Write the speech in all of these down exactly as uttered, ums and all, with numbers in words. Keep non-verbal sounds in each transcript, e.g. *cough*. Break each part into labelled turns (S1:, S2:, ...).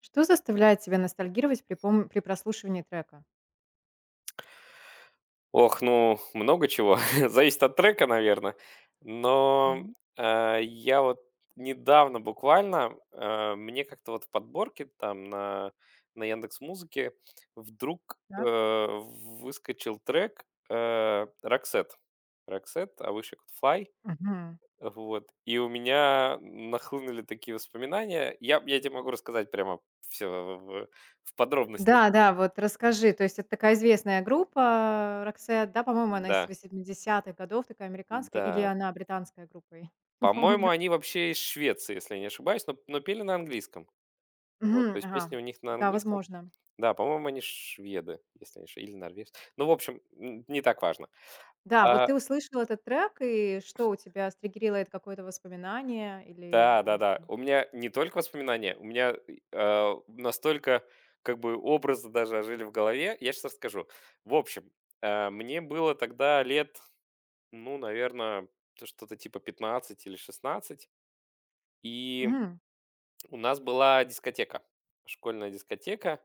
S1: Что заставляет тебя ностальгировать при пом при прослушивании трека?
S2: Ох, ну, много чего. *laughs* Зависит от трека, наверное. Но,
S1: Мгм.
S2: э, я вот недавно буквально, э, мне как-то вот в подборке там на на "Яндекс.Музыке" вдруг,
S1: Так.
S2: э, выскочил трек, э, "Roxette". "Roxette", а выше I fly".
S1: Мгм.
S2: Вот. И у меня нахлынули такие воспоминания. Я я тебе могу рассказать прямо все в в подробностях.
S1: Да, да, вот расскажи. То есть это такая известная группа "Roxette", да, по-моему, она из
S2: Да,
S1: восьмидесятых годов, такая американская, или
S2: да.
S1: она британская группа, я *laughs* не
S2: По-моему,
S1: помню.
S2: они вообще из Швеции, если я не ошибаюсь, но но пели на английском. Вот, то
S1: Мгм.
S2: есть песни
S1: Ага.
S2: у них на
S1: Да,
S2: английском.
S1: возможно.
S2: Да, по-моему, они шведы, если не ошибаюсь, или норвежцы. Ну, в общем, н не так важно.
S1: Да, вот
S2: А,
S1: ты услышал этот трек, и что у тебя стригерило это какое-то воспоминание или или
S2: да-да-да,
S1: что?
S2: у меня не только воспоминания, у меня, и, а, настолько, как бы, образы даже ожили в голове. Я щас расскажу. В общем, э, мне было тогда лет, ну, наверное, что-то типа пятнадцать или шестнадцать, и
S1: Мгм.
S2: у нас была дискотека, школьная дискотека,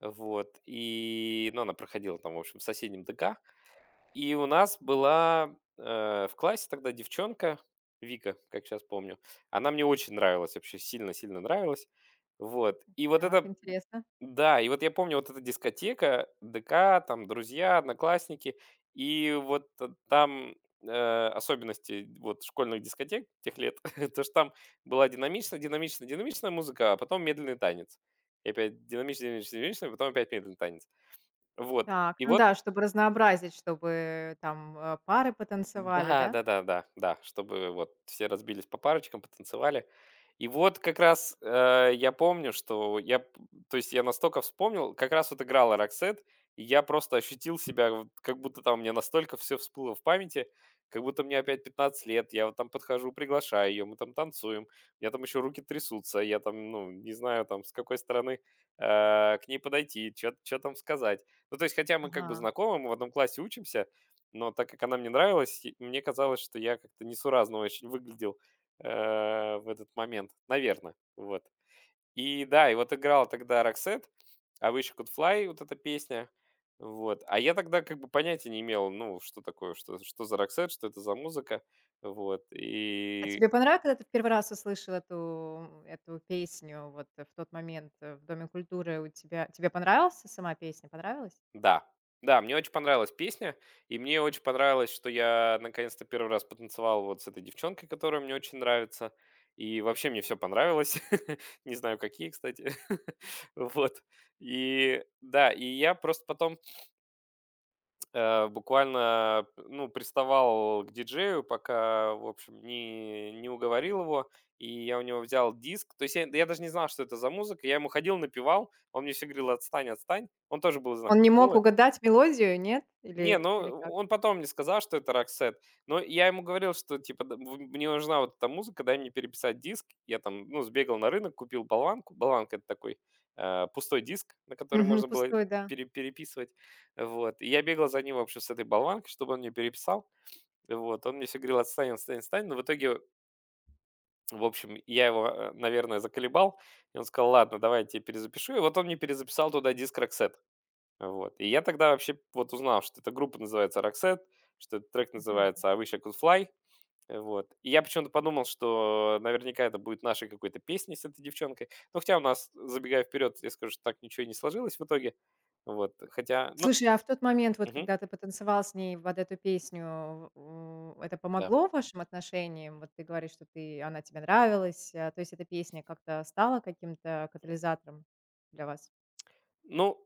S2: вот, и, ну, она проходила там, в общем, в соседнем дэ ка, и у нас была э, в классе тогда девчонка, Вика, как сейчас помню, она мне очень нравилась, вообще сильно-сильно нравилась, вот, и вот
S1: Так,
S2: эта
S1: интересно.
S2: да, и вот я помню, вот эта дискотека, дэ ка, там друзья, одноклассники, и вот т- там э, особенности вот школьных дискотек тех лет, *laughs* то что там была динамичная, динамичная, динамичная музыка, а потом медленный танец. И опять динамичный, динамичный, динамичный, потом опять медленный танец. Вот.
S1: Так,
S2: И
S1: ну
S2: вот,
S1: да, чтобы разнообразить, чтобы там, э, пары потанцевали,
S2: да,
S1: да?
S2: да-да-да, да, да, да, чтобы вот все разбились по парочкам, потанцевали. И вот как раз, э, я помню, что я, п то есть я настолько вспомнил, как раз вот играла "Роксет", и я просто ощутил себя вот как будто там мне настолько все всплыло в памяти, как будто мне опять пятнадцать лет. Я вот там подхожу, приглашаю ее, мы там танцуем, у меня там еще руки трясутся, я там, ну, не знаю там, с какой стороны, э, к ней подойти, что чё там сказать. Ну, то есть, хотя мы как бы
S1: Ага.
S2: знакомы, мы в одном классе учимся, но так как она мне нравилась, и мне казалось, что я как-то несуразно очень выглядел, э, в этот момент, наверное, вот. И да, и вот играл тогда "Roxette", а Wish I Could Fly", вот эта песня. Вот. А я тогда как бы понятия не имел, ну, что такое, что что за "Roxette", что это за музыка. Вот.
S1: А
S2: И
S1: тебе понравилось, когда ты в первый раз услышал эту эту песню вот, э, в тот момент, э, в Доме культуры? У тебя Тебе понравилась сама песня, понравилась?
S2: да, да, мне очень понравилась песня, и мне очень понравилось, что я наконец-то первый раз потанцевал вот с этой девчонкой, которая мне очень нравится. И вообще мне все понравилось. *laughs* Не знаю, какие, кстати. *laughs* Вот. И да, и я просто потом, э, буквально, ну, приставал к диджею, пока, в общем, не не уговорил его. И я у него взял диск. То есть я я даже не знал, что это за музыка. Я ему ходил, напевал. Он мне все говорил: "Отстань, отстань". Он тоже был из нашей
S1: Он не мог
S2: школы.
S1: угадать мелодию, нет?
S2: Не,
S1: Или
S2: ну
S1: или как?
S2: он потом мне сказал, что это "Роксет". Но я ему говорил, что типа д в мне нужна вот эта музыка, дай мне переписать диск. Я там, ну, сбегал на рынок, купил болванку. Болванка- это такой, э, пустой диск, на который
S1: Мгм,
S2: можно было
S1: пустой, да.
S2: пере переписывать. Вот. И я бегал за ним, в общем, с этой болванкой, чтобы он мне переписал. Вот. Он мне все говорил: "Отстань, отстань, отстань". Но в итоге, в общем, я его, э, наверное, заколебал, и он сказал: "Ладно, давай я тебе перезапишу". И вот он мне перезаписал туда диск "Роксет". Вот. И я тогда вообще вот узнал, что эта группа называется "Roxette", что этот трек
S1: Мгм.
S2: называется "I wish I could fly". Э, вот. И я почему-то подумал, что наверняка это будет нашей какой-то песней с этой девчонкой. Ну, хотя у нас, забегая вперед, я скажу, что так ничего и не сложилось в итоге. Вот. Хотя, ну,
S1: Слушай, а в тот момент, вот
S2: мгм,
S1: когда ты потанцевал с ней под эту песню, у это
S2: да.
S1: помогло вашим отношениям? Вот ты говоришь, что ты она тебе нравилась, а, то есть эта песня как-то стала каким-то катализатором для вас?
S2: Ну,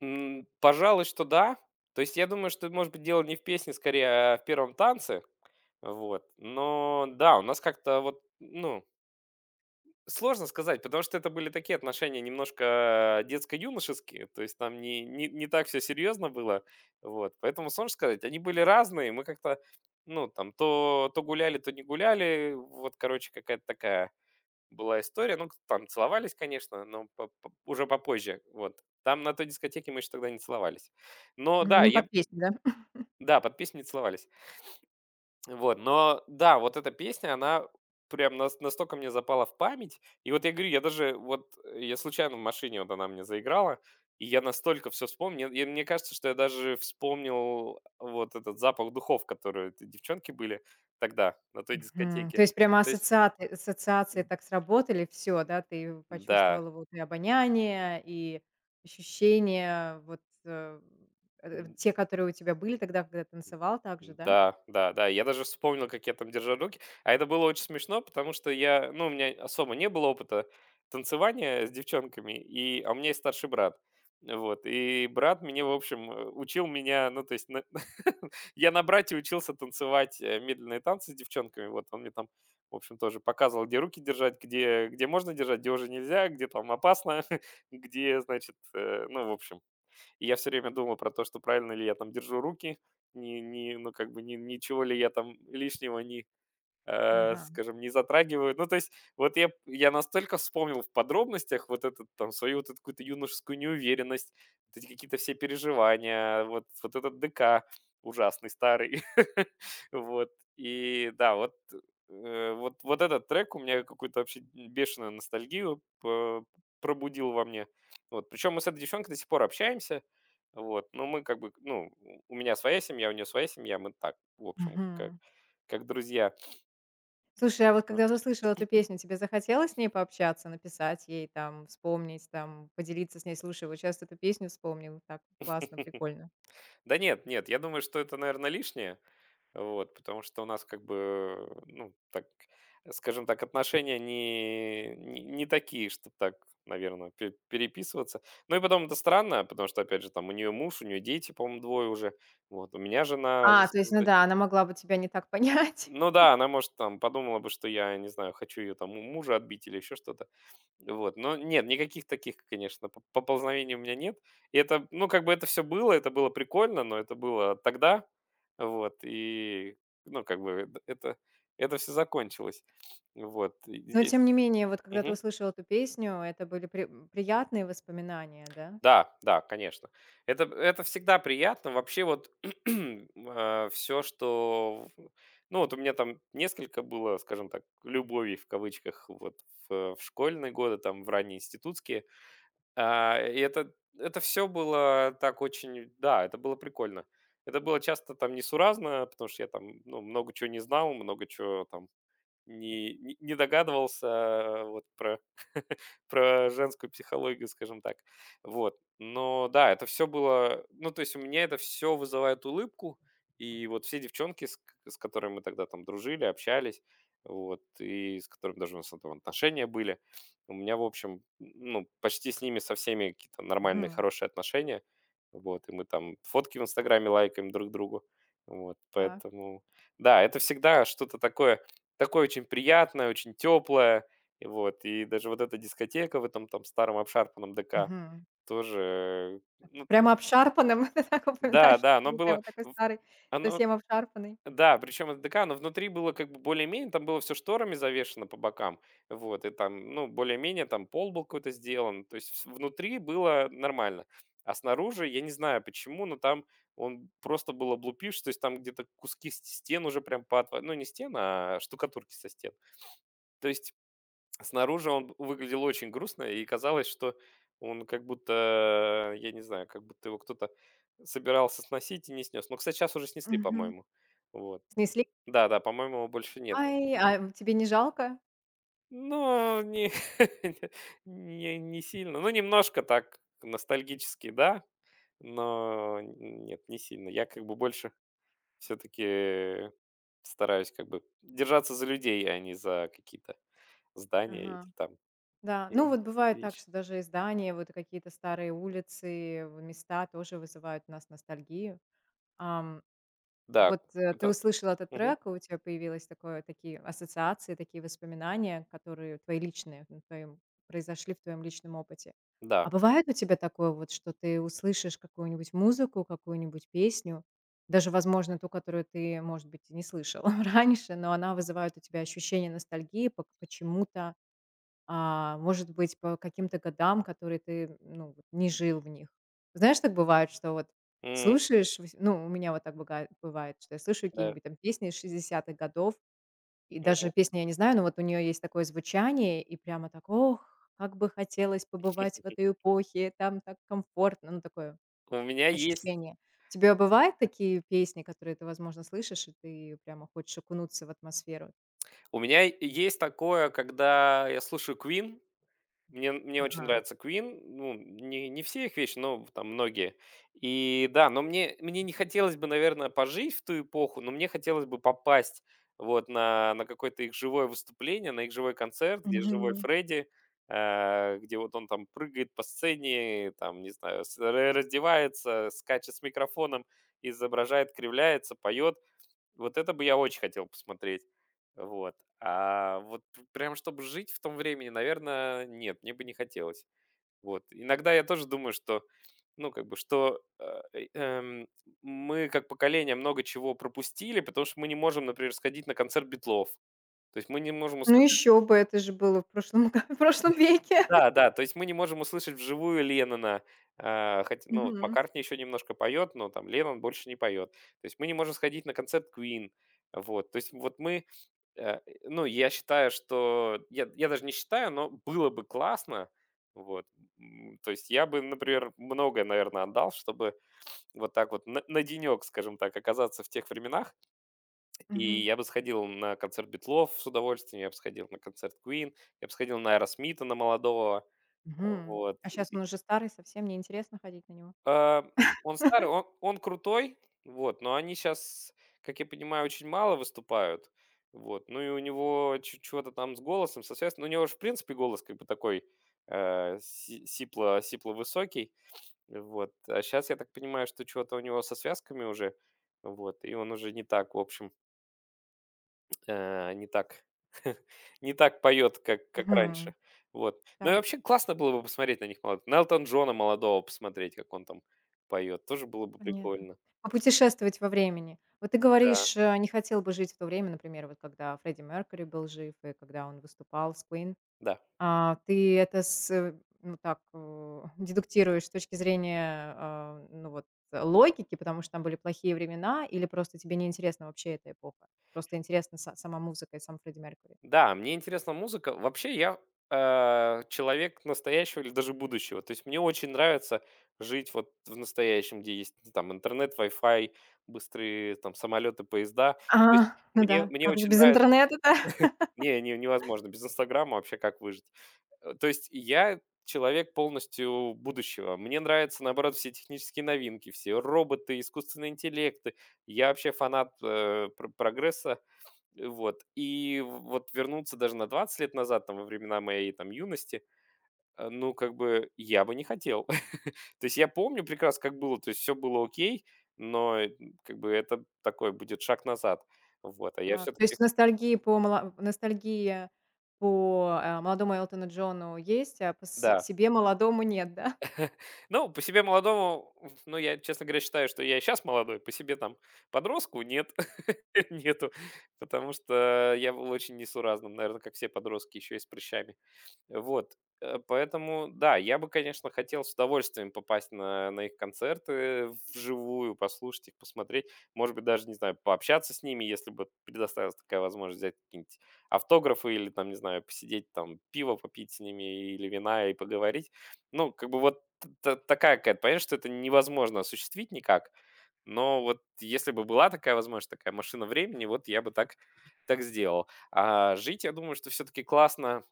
S2: м, пожалуй, что да. То есть я думаю, что, может быть, дело не в песне скорее, а в первом танце. Вот. Но да, у нас как-то вот, ну, сложно сказать, потому что это были такие отношения немножко э, детско-юношеские, то есть там не, не, не так все серьезно было, вот, поэтому сложно сказать, они были разные, мы как-то, ну, там, то, то гуляли, то не гуляли, вот, короче, какая-то такая была история, ну, там целовались, конечно, но по- по- уже попозже, вот, там на той дискотеке мы еще тогда не целовались, но
S1: М,
S2: да,
S1: не под
S2: я,
S1: песню, да?
S2: да, под песню не целовались, вот, но да, вот эта песня, она прям нас настолько мне запала в память. И вот я говорю, я даже вот, э, я случайно в машине вот она мне заиграла, и я настолько все вспомнил. И мне кажется, что я даже вспомнил, э, вот этот запах духов, которые эти девчонки были тогда на той
S1: Мгм.
S2: дискотеке.
S1: То есть прямо
S2: То есть,
S1: ассоциаты ассоциации
S2: м,
S1: так сработали, все, да, ты
S2: да.
S1: почувствовала вот и обоняние, и ощущения вот, э, э, э, те, которые у тебя были тогда, когда танцевал также, да?
S2: Да, да, да. Я даже вспомнил, как я там держал руки. А это было очень смешно, потому что я, ну, у меня особо не было опыта танцевания с девчонками, и, а у меня есть старший брат. Вот, и брат мне, в общем, э, учил меня, ну, то есть на- *laughs* я на брате учился танцевать э, медленные танцы с девчонками, вот, он мне там, в общем, тоже показывал, где руки держать, где, где можно держать, где уже нельзя, где там опасно, *laughs* где, значит, э, ну, в общем, и я все время думал про то, что правильно ли я там держу руки, не не ну, как бы ни ничего ли я там лишнего не, э,
S1: Ага,
S2: скажем, не затрагивают. Ну, то есть, вот я, я настолько вспомнил в подробностях вот этот, там, свою вот эту какую-то юношескую неуверенность, вот эти какие-то все переживания, вот, вот этот дэ ка ужасный, старый. *laughs* Вот. И да, вот, э, вот, вот этот трек у меня какую-то вообще бешеную ностальгию по- пробудил во мне. Вот. Причем мы с этой девчонкой до сих пор общаемся. Вот. Но мы как бы, ну, у меня своя семья, у нее своя семья, мы так, в общем, как,
S1: мгм.
S2: как друзья.
S1: Слушай, а вот когда услышала эту песню, тебе захотелось с ней пообщаться, написать ей там, вспомнить там, поделиться с ней: "Слушай, вот сейчас эту песню вспомнил, так классно, прикольно"?
S2: Да нет, нет, я думаю, что это, наверное, лишнее. Вот, потому что у нас как бы, ну, так, скажем так, отношения не, не, не такие, чтобы так, наверное, переписываться. Ну и потом это странно, потому что, опять же, там у нее муж, у нее дети, по-моему, двое уже. Вот, у меня жена,
S1: А,
S2: с-
S1: то есть,
S2: с
S1: ну да,
S2: дочерью.
S1: она могла бы тебя не так *laughs* понять.
S2: Ну да, она, может, там подумала бы, что я, не знаю, хочу ее там у мужа отбить или еще что-то. Вот, но нет, никаких таких, конечно, поп поползновений у меня нет. И это, ну, как бы это все было, это было прикольно, но это было тогда. Вот, и, ну, как бы это это все закончилось. Вот, и
S1: Но
S2: здесь
S1: тем не менее, вот когда ты
S2: мгм,
S1: услышал эту песню, это были при приятные воспоминания, да?
S2: да, да, конечно. Это это всегда приятно. Вообще вот, *clears throat* все что в, ну, вот у меня там несколько было, скажем так, "любовей" в кавычках, вот, в в школьные годы, там, в ранние институтские. А, и это это все было так очень да, это было прикольно. Это было часто там несуразно, потому что я там, ну, много чего не знал, много чего там не не не догадывался, э, вот про *laughs* про женскую психологию, скажем так. Вот. Но да, это все было, ну, то есть у меня это все вызывает улыбку. И вот все девчонки, с к с которыми мы тогда там дружили, общались, вот, и с которыми даже у нас там отношения были. У меня, в общем, ну, почти с ними со всеми какие-то нормальные,
S1: Мгм.
S2: хорошие отношения. Вот, и мы там фотки в "Инстаграме" лайкаем друг другу. Вот,
S1: Так.
S2: поэтому да, это всегда что-то такое Такое очень приятное, очень теплое. И вот, и даже вот эта дискотека в этом там старом обшарпанном дэ ка
S1: Мгм.
S2: тоже, ну
S1: Прямо обшарпанным *laughs* ты так
S2: да,
S1: упоминаешь, что
S2: да, оно
S1: был
S2: было
S1: прямо такой
S2: в
S1: старый,
S2: оно,
S1: совсем обшарпанный.
S2: да, причем это дэ ка, но внутри было как бы более-менее, там было все шторами завешено по бокам, вот, и там, ну, более-менее там пол был какой-то сделан, то есть вс внутри было нормально. А снаружи, я не знаю почему, но там он просто был облупившийся, то есть там где-то куски с стен уже прям поотва ну, не стен, а штукатурки со стен. То есть снаружи он выглядел очень грустно, и казалось, что он как будто, я не знаю, как будто его кто-то собирался сносить и не снес. Ну, кстати, сейчас уже снесли,
S1: Мгм.
S2: по-моему. Вот.
S1: Снесли?
S2: Да-да, по-моему, его больше нет.
S1: Ай, а тебе не жалко?
S2: Но не, *laughs* не, не сильно. Ну, немножко так ностальгически, да, но нет, не сильно. Я как бы больше все-таки стараюсь как бы держаться за людей, а не за какие-то здания или
S1: Ага.
S2: там,
S1: Да.
S2: э,
S1: Ну, вот бывает так,
S2: вещи.
S1: что даже издания, вот какие-то старые улицы, в места тоже вызывают у нас ностальгию.
S2: Да,
S1: Вот, э, ты
S2: это
S1: услышал этот
S2: мгм,
S1: трек, и у тебя появилось такое такие ассоциации, такие воспоминания, которые твои личные, на твоем произошли в твоем личном опыте.
S2: да,
S1: А бывает у тебя такое вот, что ты услышишь какую-нибудь музыку, какую-нибудь песню, даже, возможно, ту, которую ты, может быть, и не слышал *laughs* раньше, но она вызывает у тебя ощущение ностальгии по почему-то, а, может быть, по каким-то годам, которые ты, ну, вот не жил в них. Знаешь, так бывает, что вот
S2: м,
S1: слушаешь, вось ну, у меня вот так быга бывает, что я слушаю
S2: да,
S1: какие-нибудь там песни из шестидесятых годов, и
S2: мгм.
S1: даже песни я не знаю, но вот у нее есть такое звучание, и прямо так: "Ох, как бы хотелось побывать в этой эпохе, там так комфортно". Ну, такое
S2: У меня есть
S1: ощущение. У тебя бывают такие песни, которые ты, возможно, слышишь, и ты прямо хочешь окунуться в атмосферу?
S2: у меня есть такое, когда я слушаю Queen. Мне мне очень
S1: Ага.
S2: нравится Queen, ну, не не все их вещи, но там многие. И да, но мне мне не хотелось бы, наверное, пожить в ту эпоху, но мне хотелось бы попасть вот на на какое-то их живое выступление, на их живой концерт, где живой Фредди, э, где вот он там прыгает по сцене, там, не знаю, с ра раздевается, скачет с микрофоном, изображает, кривляется, поет. Вот это бы я очень хотел посмотреть. Вот. А вот прям чтобы жить в том времени, наверное, нет, мне бы не хотелось. Вот. Иногда я тоже думаю, что, ну, как бы, что э, э, эм, мы как поколение много чего пропустили, потому что мы не можем, например, сходить на концерт Битлов. То есть мы не можем.
S1: Ну еще бы, это же было в прошлом г *laughs* в прошлом веке.
S2: Да, да, то есть мы не можем услышать вживую Леннона, а, хоть, ну, вот
S1: Мгм.
S2: Маккартни еще немножко поет, но там Леннон больше не поет. То есть мы не можем сходить на концерт Queen, вот. То есть вот мы, э, ну, я считаю, что, я, я даже не считаю, но было бы классно, вот. М, То есть я бы, например, многое, наверное, отдал, чтобы вот так вот на, на денек, скажем так, оказаться в тех временах. И
S1: Мгм.
S2: я бы сходил на концерт Битлов с удовольствием, я бы сходил на концерт Queen, я бы сходил на Аэросмита, на молодого.
S1: Мгм.
S2: Вот.
S1: А сейчас он уже старый, совсем неинтересно ходить на него.
S2: А, он старый, он он крутой, вот, но они сейчас, как я понимаю, очень мало выступают. Вот, ну и у него чё чего-то там с голосом, соответственно, у него же в принципе голос как бы такой, э, си сипло сипло-высокий. Вот, а сейчас, я так понимаю, что чего-то у него со связками уже, вот, и он уже не так, в общем. А, не так *laughs* не так поет, как как раньше.
S1: Мгм.
S2: Вот. Ну и
S1: Так,
S2: вообще классно было бы посмотреть на них молодых. На Элтона Джона молодого посмотреть, как он там поет. Тоже было бы
S1: понятно.
S2: прикольно.
S1: А путешествовать во времени? Вот ты
S2: Да,
S1: говоришь, э, не хотел бы жить в то время, например, вот когда Фредди Меркьюри был жив и когда он выступал с Queen.
S2: да.
S1: А, ты это с, э, ну, так, э, *laughs* дедуктируешь с точки зрения, а, ну, вот, э, логики, потому что там были плохие времена, или просто тебе не интересна вообще эта эпоха? Просто интересна са сама музыка и сам Фредди Меркьюри?
S2: Да, мне интересна музыка. Вообще я, э, человек настоящего или даже будущего. То есть мне очень нравится жить вот в настоящем, где есть, ну, там интернет, Wi-Fi, быстрые там самолеты, поезда. То
S1: А,
S2: есть
S1: *laughs* ну
S2: мне
S1: да,
S2: мне
S1: как же
S2: очень
S1: без
S2: нравится.
S1: интернета-то? *laughs*
S2: Не, не невозможно. Без "Инстаграма" вообще как выжить? Э, то есть я человек полностью будущего. Мне нравятся, наоборот, все технические новинки, все роботы, искусственные интеллекты. Я вообще фанат, э, пр прогресса. Э, Вот. И вот вернуться даже на двадцать лет назад, там, во времена моей, там, юности, э, ну, как бы я бы не хотел. *laughs* То есть я помню прекрасно, как было. То есть все было окей, но, э, как бы это такой будет шаг назад. Вот, а я
S1: Так,
S2: все
S1: то
S2: таки
S1: есть ностальгии по мала ностальгия по, э, молодому Элтону Джону есть, а по с
S2: да.
S1: себе молодому нет, да?
S2: Ну, по себе молодому, ну, я, честно говоря, считаю, что я и сейчас молодой, по себе там подростку нет, *laughs* нету, потому что я был очень несуразным, наверное, как все подростки, еще и с прыщами. Вот, э, поэтому, да, я бы, конечно, хотел с удовольствием попасть на, на их концерты вживую, послушать их, посмотреть, может быть, даже, не знаю, пообщаться с ними, если бы предоставилась такая возможность взять какие-нибудь автографы или, там, не знаю, посидеть, там, пиво попить с ними или вина и поговорить. Ну, как бы вот т- т- такая какая-то, понятно, что это невозможно осуществить никак, но вот если бы была такая возможность, такая машина времени, вот я бы так, так сделал. А жить, я думаю, что все-таки классно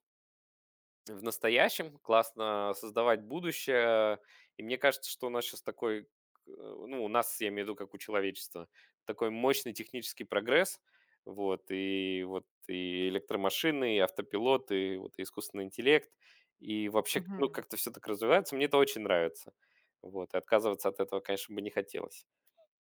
S2: в настоящем, классно создавать будущее. И мне кажется, что у нас сейчас такой, к- ну, у нас, я имею в виду, как у человечества, такой мощный технический прогресс, вот, и вот и электромашины, и автопилот, и вот и искусственный интеллект, и вообще, ну,
S1: Мгм.
S2: как-то все так развивается, мне это очень нравится, вот, и отказываться от этого, конечно, бы не хотелось,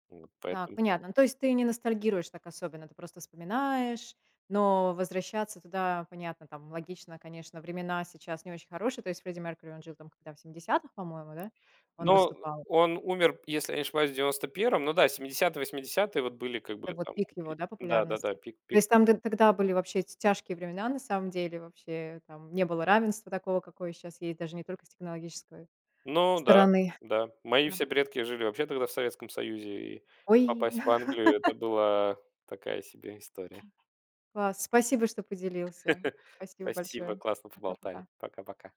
S2: вот,
S1: Так,
S2: поэтому.
S1: понятно. Ну, то есть ты не ностальгируешь так особенно, ты просто вспоминаешь, но возвращаться туда, понятно, там логично, конечно, времена сейчас не очень хорошие. То есть Фредди Меркьюри, он жил там когда в семидесятых, по-моему, да, он
S2: Но
S1: выступал.
S2: он умер, если я не ошибаюсь, в девяносто первом, ну да, семидесятые восьмидесятые вот были как
S1: Это
S2: бы
S1: вот
S2: там,
S1: пик его,
S2: пи-
S1: да, популярности.
S2: да-да-да, пик,
S1: То
S2: пик.
S1: есть там т- тогда были вообще эти тяжкие времена, на самом деле, вообще там не было равенства такого, какое сейчас есть, даже не только с технологической
S2: Ну да,
S1: стороны.
S2: да. Мои
S1: Да.
S2: все предки жили вообще тогда в Советском Союзе, и
S1: Ой,
S2: попасть в
S1: *laughs*
S2: Англию — это была такая себе история.
S1: класс. Спасибо, что поделился.
S2: *laughs*
S1: Спасибо
S2: Спасибо,
S1: большое.
S2: классно поболтали.
S1: Пока-пока.
S2: Пока-пока.